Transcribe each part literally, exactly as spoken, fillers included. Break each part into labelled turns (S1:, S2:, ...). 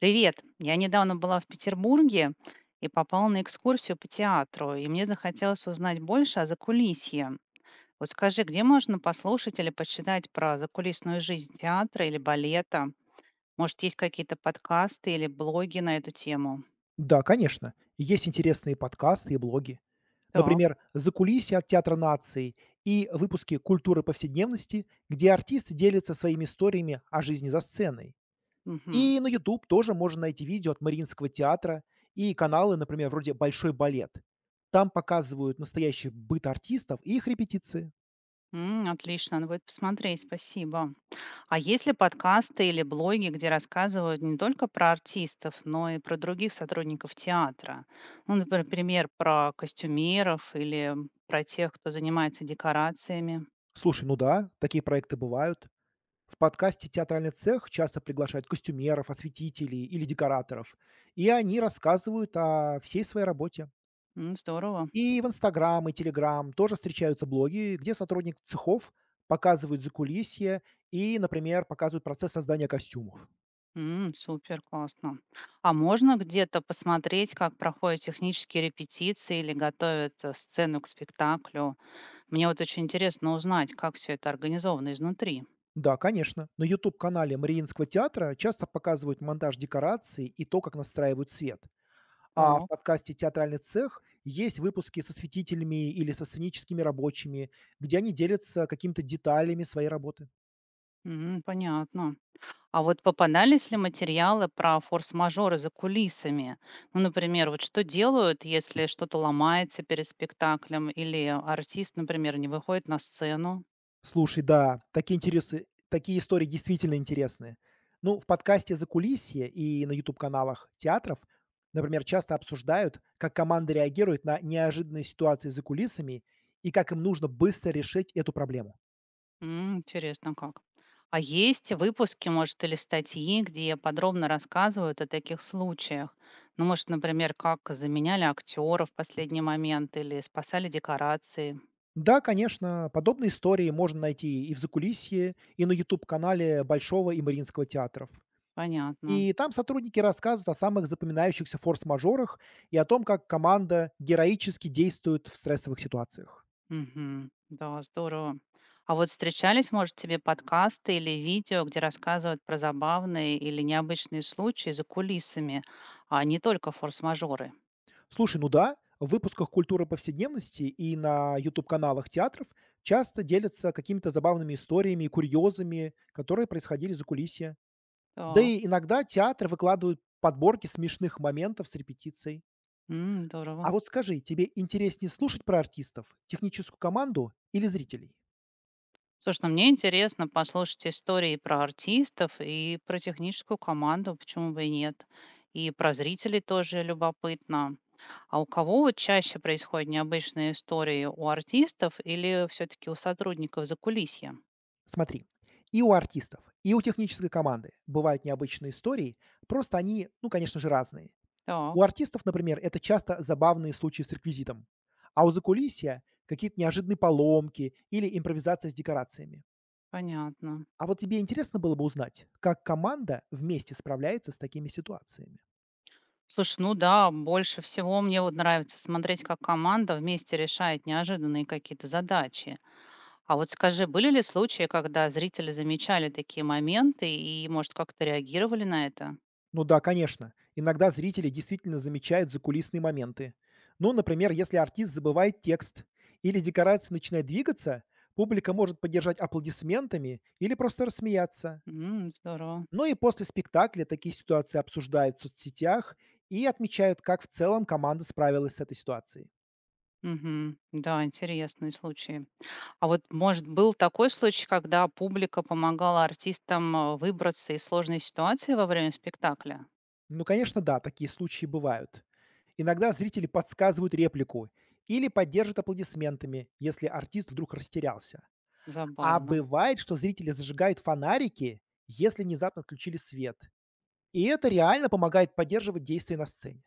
S1: Привет! Я недавно была в Петербурге и попала на экскурсию по театру, и мне захотелось узнать больше о закулисье. Вот скажи, где можно послушать или почитать про закулисную жизнь театра или балета? Может, есть какие-то подкасты или блоги на эту тему?
S2: Да, конечно. Есть интересные подкасты и блоги.
S1: Так,
S2: Например, "Закулисье от Театра наций" и выпуски "Культуры повседневности", где артисты делятся своими историями о жизни за сценой.
S1: мгм.
S2: И на ютуб тоже можно найти видео от Мариинского театра и каналы, например, вроде "Большой балет". Там показывают настоящий быт артистов и их репетиции.
S1: М, отлично, надо будет посмотреть, спасибо. А есть ли подкасты или блоги, где рассказывают не только про артистов, но и про других сотрудников театра? Ну, например, пример про костюмеров или про тех, кто занимается декорациями.
S2: Слушай, ну да, такие проекты бывают. В подкасте «Театральный цех» часто приглашают костюмеров, осветителей или декораторов, и они рассказывают о всей своей работе.
S1: М, здорово.
S2: И в Инстаграм, и Телеграм тоже встречаются блоги, где сотрудник цехов показывают закулисье и, например, показывают процесс создания костюмов.
S1: М, супер, классно. А можно где-то посмотреть, как проходят технические репетиции или готовят э, сцену к спектаклю? Мне вот очень интересно узнать, как все это организовано изнутри.
S2: Да, конечно. На ютуб канале Мариинского театра часто показывают монтаж декораций и то, как настраивают свет. А в
S1: Так,
S2: подкасте "Театральный цех" есть выпуски со светителями или со сценическими рабочими, где они делятся какими-то деталями своей работы.
S1: м, понятно. А вот попадались ли материалы про форс-мажоры за кулисами? Ну, например, вот что делают, если что-то ломается перед спектаклем, или артист, например, не выходит на сцену?
S2: Слушай, да, такие интересы такие истории действительно интересные. Ну, в подкасте "Закулисье" и на ютуб каналах театров, например, часто обсуждают, как команда реагирует на неожиданные ситуации за кулисами и как им нужно быстро решить эту проблему.
S1: М, интересно как. А есть выпуски, может, или статьи, где подробно рассказывают о таких случаях? Ну, может, например, как заменяли актеров в последний момент или спасали декорации?
S2: Да, конечно, подобные истории можно найти и в "Закулисье", и на ютуб канале Большого и Мариинского театров.
S1: Понятно.
S2: И там сотрудники рассказывают о самых запоминающихся форс-мажорах и о том, как команда героически действует в стрессовых ситуациях.
S1: Мгм. Да, здорово. А вот встречались, может, тебе подкасты или видео, где рассказывают про забавные или необычные случаи за кулисами, а не только форс-мажоры?
S2: Слушай, ну да, в выпусках «Культуры повседневности» и на ютуб каналах театров часто делятся какими-то забавными историями и курьезами, которые происходили за кулисье. Да
S1: Так,
S2: и иногда театры выкладывают подборки смешных моментов с репетицией.
S1: м,
S2: А
S1: здорово.
S2: вот скажи, тебе интереснее слушать про артистов, техническую команду или зрителей?
S1: Слушай, ну мне интересно послушать истории про артистов и про техническую команду, почему бы и нет. И про зрителей тоже любопытно. А у кого вот чаще происходят необычные истории? У артистов или все-таки у сотрудников закулисья?
S2: Смотри, и у артистов, и у технической команды бывают необычные истории, просто они, ну, конечно же, разные. У
S1: Так,
S2: артистов, например, это часто забавные случаи с реквизитом, а у закулисья какие-то неожиданные поломки или импровизация с декорациями.
S1: понятно.
S2: А вот тебе интересно было бы узнать, как команда вместе справляется с такими ситуациями?
S1: Слушай, ну да, больше всего мне вот нравится смотреть, как команда вместе решает неожиданные какие-то задачи. А вот скажи, были ли случаи, когда зрители замечали такие моменты и, может, как-то реагировали на это?
S2: Ну да, конечно. Иногда зрители действительно замечают закулисные моменты. Ну, например, если артист забывает текст или декорация начинает двигаться, публика может поддержать аплодисментами или просто рассмеяться.
S1: М, здорово.
S2: Ну и после спектакля такие ситуации обсуждают в соцсетях и отмечают, как в целом команда справилась с этой ситуацией.
S1: Мгм. Да, интересные случаи. А вот, может, был такой случай, когда публика помогала артистам, э, выбраться из сложной ситуации во время спектакля?
S2: Ну, конечно, да, такие случаи бывают. Иногда зрители подсказывают реплику или поддержат аплодисментами, если артист вдруг растерялся. А
S1: Забавно.
S2: бывает, что зрители зажигают фонарики, если внезапно отключили свет. И это реально помогает поддерживать действие на сцене.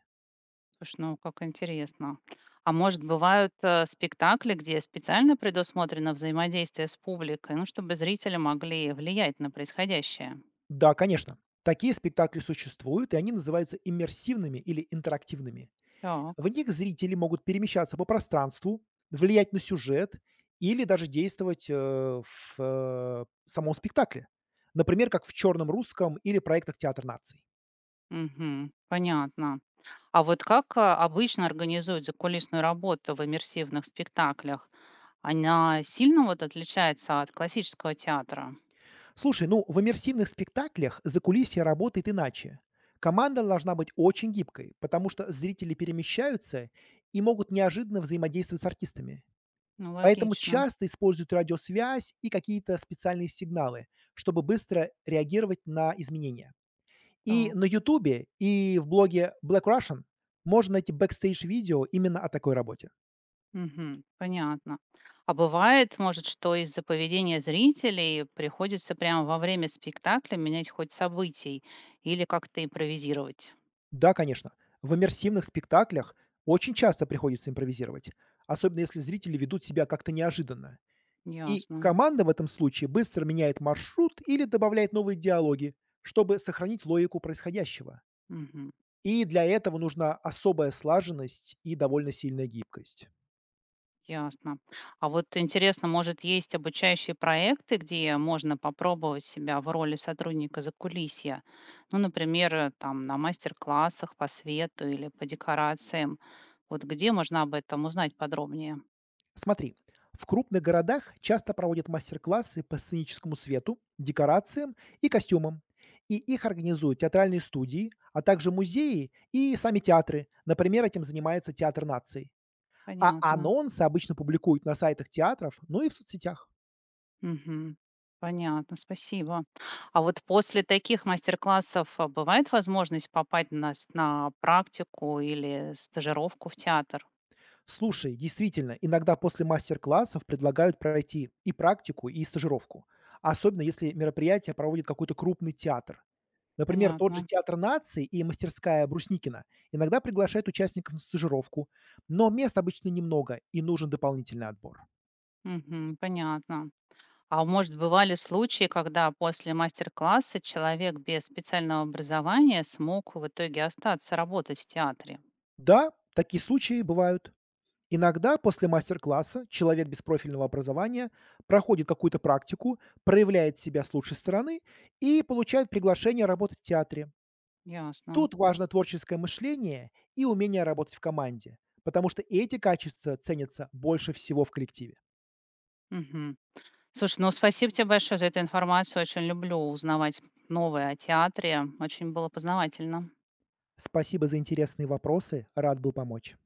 S1: Слушай, ну как интересно. А может, бывают э, спектакли, где специально предусмотрено взаимодействие с публикой, ну, чтобы зрители могли влиять на происходящее?
S2: Да, конечно. Такие спектакли существуют, и они называются иммерсивными или интерактивными.
S1: Так,
S2: В них зрители могут перемещаться по пространству, влиять на сюжет или даже действовать э, в э, самом спектакле. Например, как в «Черном русском» или проектах «Театр наций».
S1: мгм, понятно. А вот как э, обычно организуют закулисную работу в иммерсивных спектаклях? Она сильно вот отличается от классического театра?
S2: Слушай, ну в иммерсивных спектаклях закулисье работает иначе. Команда должна быть очень гибкой, потому что зрители перемещаются и могут неожиданно взаимодействовать с артистами.
S1: Ну,
S2: Поэтому
S1: логично.
S2: часто используют радиосвязь и какие-то специальные сигналы, чтобы быстро реагировать на изменения. И
S1: Так.
S2: на Ютубе, и в блоге блэк рашн можно найти бэкстейдж-видео именно о такой работе.
S1: Мгм. Понятно. А бывает, может, что из-за поведения зрителей приходится прямо во время спектакля менять хоть событий или как-то импровизировать?
S2: Да, конечно, в иммерсивных спектаклях очень часто приходится импровизировать, особенно если зрители ведут себя как-то неожиданно. И
S1: Ясно.
S2: команда в этом случае быстро меняет маршрут или добавляет новые диалоги, чтобы сохранить логику происходящего.
S1: Мгм.
S2: И для этого нужна особая слаженность и довольно сильная гибкость.
S1: Ясно. А вот интересно, может, есть обучающие проекты, где можно попробовать себя в роли сотрудника закулисья? Ну, например, э, там на мастер-классах по свету или по декорациям. Вот где можно об этом узнать подробнее?
S2: Смотри, в крупных городах часто проводят мастер-классы по сценическому свету, декорациям и костюмам. И их организуют театральные студии, а также музеи и сами театры. Например, этим занимается Театр наций. А
S1: Понятно.
S2: анонсы обычно публикуют на сайтах театров, ну и в соцсетях.
S1: Мгм. Понятно, спасибо. А вот после таких мастер-классов а, бывает возможность попасть на, с- на практику или стажировку в театр?
S2: Слушай, действительно, иногда после мастер-классов предлагают пройти и практику, и стажировку. Особенно если мероприятие проводит какой-то крупный театр. Например, тот же
S1: Понятно.
S2: Театр нации и мастерская Брусникина иногда приглашают участников на стажировку, но мест обычно немного и нужен дополнительный отбор.
S1: Мгм, понятно. А может, бывали случаи, когда после мастер-класса человек без специального образования смог в итоге остаться работать в театре?
S2: Да, такие случаи бывают. Иногда после мастер-класса человек без профильного образования проходит какую-то практику, проявляет себя с лучшей стороны и получает приглашение работать в театре.
S1: Ясно.
S2: Тут важно творческое мышление и умение работать в команде, потому что эти качества ценятся больше всего в коллективе.
S1: Мгм. Слушай, ну спасибо тебе большое за эту информацию. Очень люблю узнавать новое о театре. Очень было познавательно.
S2: Спасибо за интересные вопросы, рад был помочь.